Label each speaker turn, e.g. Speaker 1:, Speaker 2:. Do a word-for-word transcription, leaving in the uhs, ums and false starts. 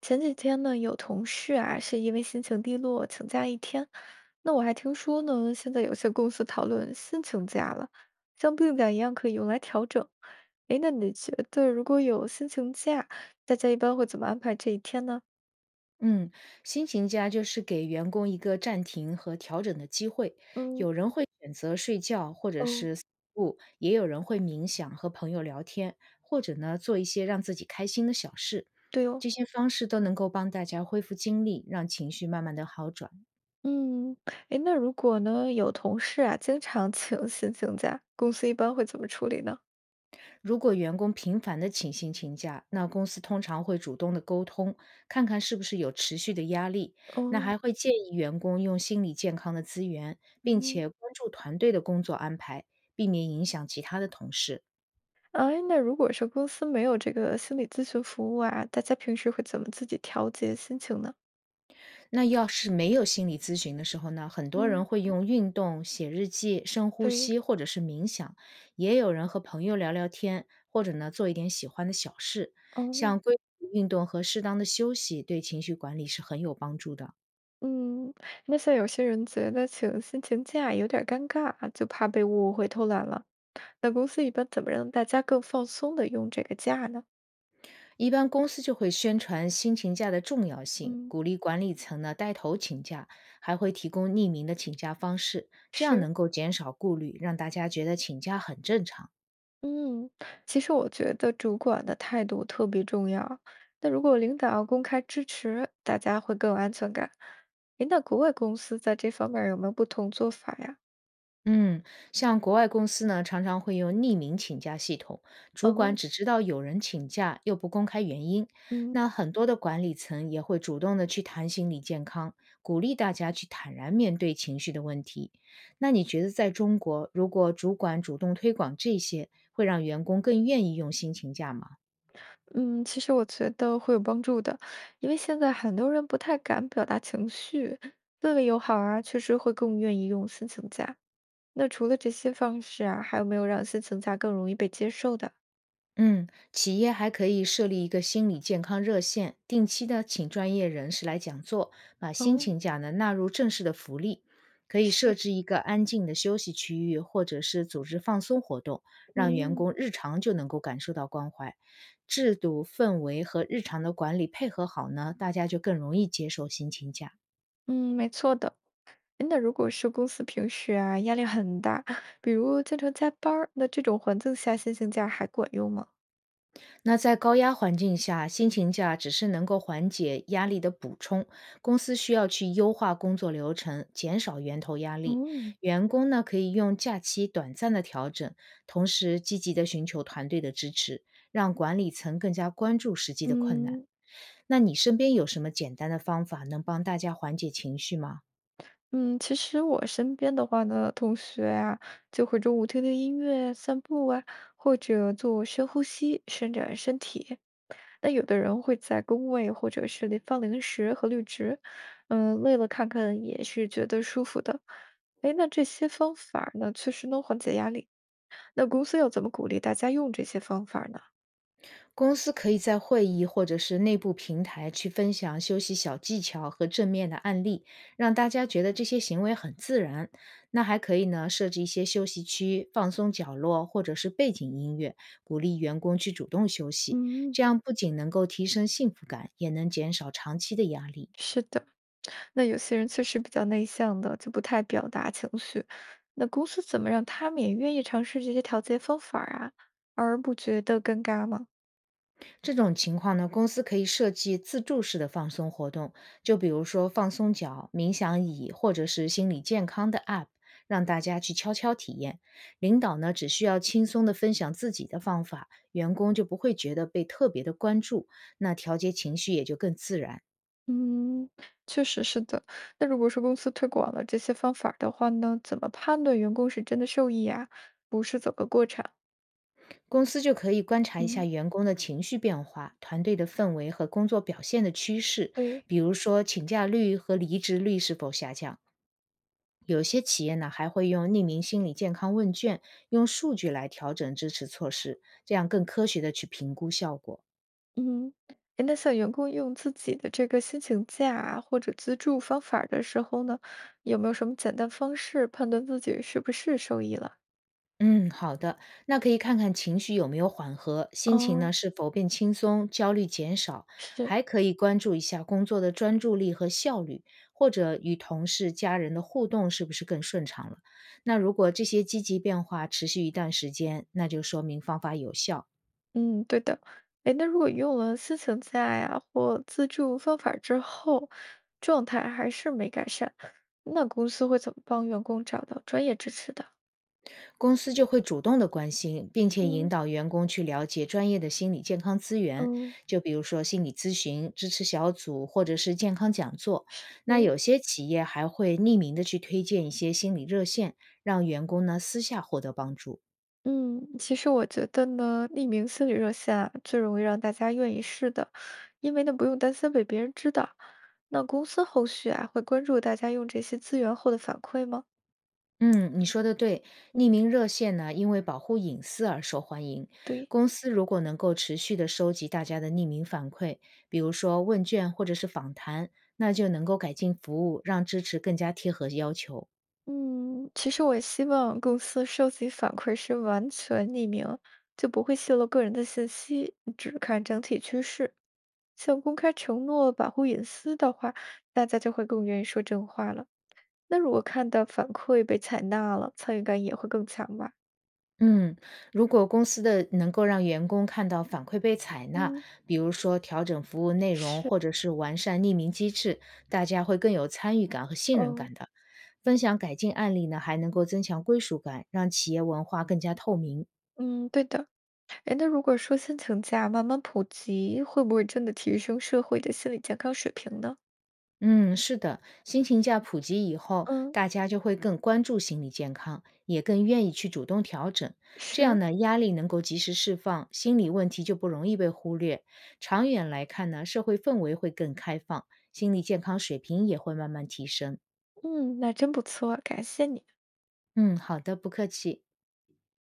Speaker 1: 前几天呢，有同事啊是因为心情低落请假一天，那我还听说呢，现在有些公司讨论心情假了，像病假一样可以用来调整。诶，那你觉得如果有心情假，大家一般会怎么安排这一天呢？
Speaker 2: 嗯，心情家就是给员工一个暂停和调整的机会。
Speaker 1: 嗯，
Speaker 2: 有人会选择睡觉或者
Speaker 1: 哦，
Speaker 2: 是散步，也有人会冥想和朋友聊天，或者呢做一些让自己开心的小事。
Speaker 1: 对哦，
Speaker 2: 这些方式都能够帮大家恢复精力，让情绪慢慢的好转。
Speaker 1: 嗯，诶，那如果呢有同事啊经常请心情假，公司一般会怎么处理呢？
Speaker 2: 如果员工频繁的请薪请假，那公司通常会主动的沟通，看看是不是有持续的压力。那
Speaker 1: 哦，
Speaker 2: 还会建议员工用心理健康的资源，并
Speaker 1: 嗯。
Speaker 2: 且关注团队的工作安排，避免影响其他的同事。
Speaker 1: 哎，那如果说公司没有这个心理咨询服务啊，大家平时会怎么自己调节心情呢？
Speaker 2: 那要是没有心理咨询的时候呢，很多人
Speaker 1: 嗯，
Speaker 2: 会用运动、写日记、深呼
Speaker 1: 对，
Speaker 2: 吸或者是冥想，也有人和朋友聊聊天，或者呢做一点喜欢的小事，
Speaker 1: 哦，
Speaker 2: 像规律的运动和适当的休息，对情绪管理是很有帮助的。
Speaker 1: 嗯，那像有些人觉得请心情假有点儿尴尬啊，就怕被误会偷懒了。那公司一般怎么让大家更放松的用这个假呢？
Speaker 2: 一般公司就会宣传新请假的重要性，
Speaker 1: 嗯，
Speaker 2: 鼓励管理层呢带头请假，还会提供匿名的请假方式，这样
Speaker 1: 是，
Speaker 2: 能够减少顾虑，让大家觉得请假很正常。
Speaker 1: 嗯，其实我觉得主管的态度特别重要。那如果领导要公开支持，大家会更有安全感。诶，那国外公司在这方面儿有没有不同做法呀？
Speaker 2: 嗯，像国外公司呢，常常会用匿名请假系统，主管
Speaker 1: 哦，
Speaker 2: 只知道有人请假，又不公开原因。
Speaker 1: 嗯
Speaker 2: 那很多的管理层也会主动的去谈心理健康，鼓励大家去坦然面对情绪的问题。那你觉得在中国，如果主管主动推广这些，会让员工更愿意用心请假吗？
Speaker 1: 嗯，其实我觉得会有帮助的，因为现在很多人不太敢表达情绪，氛围友好啊，确实会更愿意用心情假。那除了这些方式啊，还有没有让心情假更容易被接受的？
Speaker 2: 嗯，企业还可以设立一个心理健康热线，定期的请专业人士来讲座，把心
Speaker 1: 哦，
Speaker 2: 情假呢纳入正式的福利。可以设
Speaker 1: 是，
Speaker 2: 置一个安静的休息区域，或者是组织放松活动，让员
Speaker 1: 嗯
Speaker 2: 工日常就能够感受到关怀。制度氛围和日常的管理配合好呢，大家就更容易接受心情假。
Speaker 1: 嗯，没错的。诶那如果是公司平时啊压力很大，比如经常加班儿，那这种环境下心情假还管用吗？
Speaker 2: 那在高压环境下，薪勤假只是能够缓解压力的补充，公司需要去优化工作流程，减少源头压力。
Speaker 1: 嗯。
Speaker 2: 员工呢可以用假期短暂的调整，同时积极的寻求团队的支持，让管理层更加关注实际的困难。
Speaker 1: 嗯
Speaker 2: 那你身边有什么简单的方法能帮大家缓解情绪吗？
Speaker 1: 嗯，其实我身边的话呢，同学啊，就会中午听听音乐、散步啊，或者做深呼吸，伸展身体。那有的人会在工位或者是里放零食和绿植，嗯，累了看看也是觉得舒服的。哎，那这些方法儿呢，确实能缓解压力。那公司要怎么鼓励大家用这些方法儿呢？
Speaker 2: 公司可以在会议或者是内部平台去分享休息小技巧和正面的案例，让大家觉得这些行为很自然。那还可以呢，设置一些休息区、放松角落或者是背景音乐，鼓励员工去主动休息。
Speaker 1: 嗯，
Speaker 2: 这样不仅能够提升幸福感，也能减少长期的压力。
Speaker 1: 是的，那有些人确实比较内向的，就不太表达情绪。那公司怎么让他们也愿意尝试这些调节方法儿啊，而不觉得尴尬吗？
Speaker 2: 这种情况呢，公司可以设计自助式的放松活动，就比如说放松脚、冥想椅，或者是心理健康的 A P P，让大家去悄悄体验。领导呢，只需要轻松的分享自己的方法，员工就不会觉得被特别的关注，那调节情绪也就更自然。
Speaker 1: 嗯，确实是的。那如果说公司推广了这些方法儿的话呢，怎么判断员工是真的受益啊，不是走个过场？
Speaker 2: 公司就可以观察一下
Speaker 1: 嗯，
Speaker 2: 员工的情绪变化、团队的氛围和工作表现的趋势，
Speaker 1: 对，
Speaker 2: 比如说请假率和离职率是否下降。有些企业呢还会用匿名心理健康问卷，用数据来调整支持措施，这样更科学的去评估效果。
Speaker 1: 嗯。诶那像员工用自己的这个心情假啊或者资助方法儿的时候呢，有没有什么简单方式判断自己是不是受益了？
Speaker 2: 嗯，好的，那可以看看情绪有没有缓和，心情
Speaker 1: 哦，
Speaker 2: 呢是否变轻松，焦虑减少，
Speaker 1: 是，
Speaker 2: 还可以关注一下工作的专注力和效率，或者与同事、家人的互动是不是更顺畅了。那如果这些积极变化持续一段时间，那就说明方法有效。
Speaker 1: 嗯，对的。哎，那如果用了私情在呀或自助方法之后，状态还是没改善，那公司会怎么帮员工找到专业支持的？
Speaker 2: 公司就会主动的关心，并且引
Speaker 1: 嗯
Speaker 2: 导员工去了解专业的心理健康资源，
Speaker 1: 嗯，
Speaker 2: 就比如说心理咨询、支持小组或者是健康讲座。那
Speaker 1: 是，
Speaker 2: 有些企业还会匿名的去推荐一些心理热线，让员工呢私下获得帮助。
Speaker 1: 嗯，其实我觉得呢，匿名心理热线啊，最容易让大家愿意试的，因为呢不用担心被别人知道。那公司后续啊，会关注大家用这些资源后的反馈吗？
Speaker 2: 嗯，你说的对，匿名热线呢，因为保护隐私而受欢迎。
Speaker 1: 对。
Speaker 2: 公司如果能够持续的收集大家的匿名反馈，比如说问卷或者是访谈，那就能够改进服务，让支持更加贴合要求。
Speaker 1: 嗯，其实我也希望公司收集反馈是完全匿名，就不会泄露个人的信息，只看整体趋势。像公开承诺保护隐私的话，大家就会更愿意说真话了。那如果看到反馈被采纳了，参与感也会更强吧？
Speaker 2: 嗯，如果公司的能够让员工看到反馈被采纳，
Speaker 1: 嗯，
Speaker 2: 比如说调整服务内容，
Speaker 1: 是。
Speaker 2: 或者是完善匿名机制，大家会更有参与感和信任
Speaker 1: 哦，
Speaker 2: 感的。分享改进案例呢，还能够增强归属感，让企业文化更加透明。
Speaker 1: 嗯，对的。哎，那如果说先请假慢慢普及，会不会真的提升社会的心理健康水平呢？
Speaker 2: 嗯，是的，心情价普及以后，
Speaker 1: 嗯，
Speaker 2: 大家就会更关注心理健康，也更愿意去主动调整。这样
Speaker 1: 是，
Speaker 2: 呢，压力能够及时释放，心理问题就不容易被忽略。长远来看呢，社会氛围会更开放，心理健康水平也会慢慢提升。
Speaker 1: 嗯，那真不错，感谢你。
Speaker 2: 嗯，好的，不客气。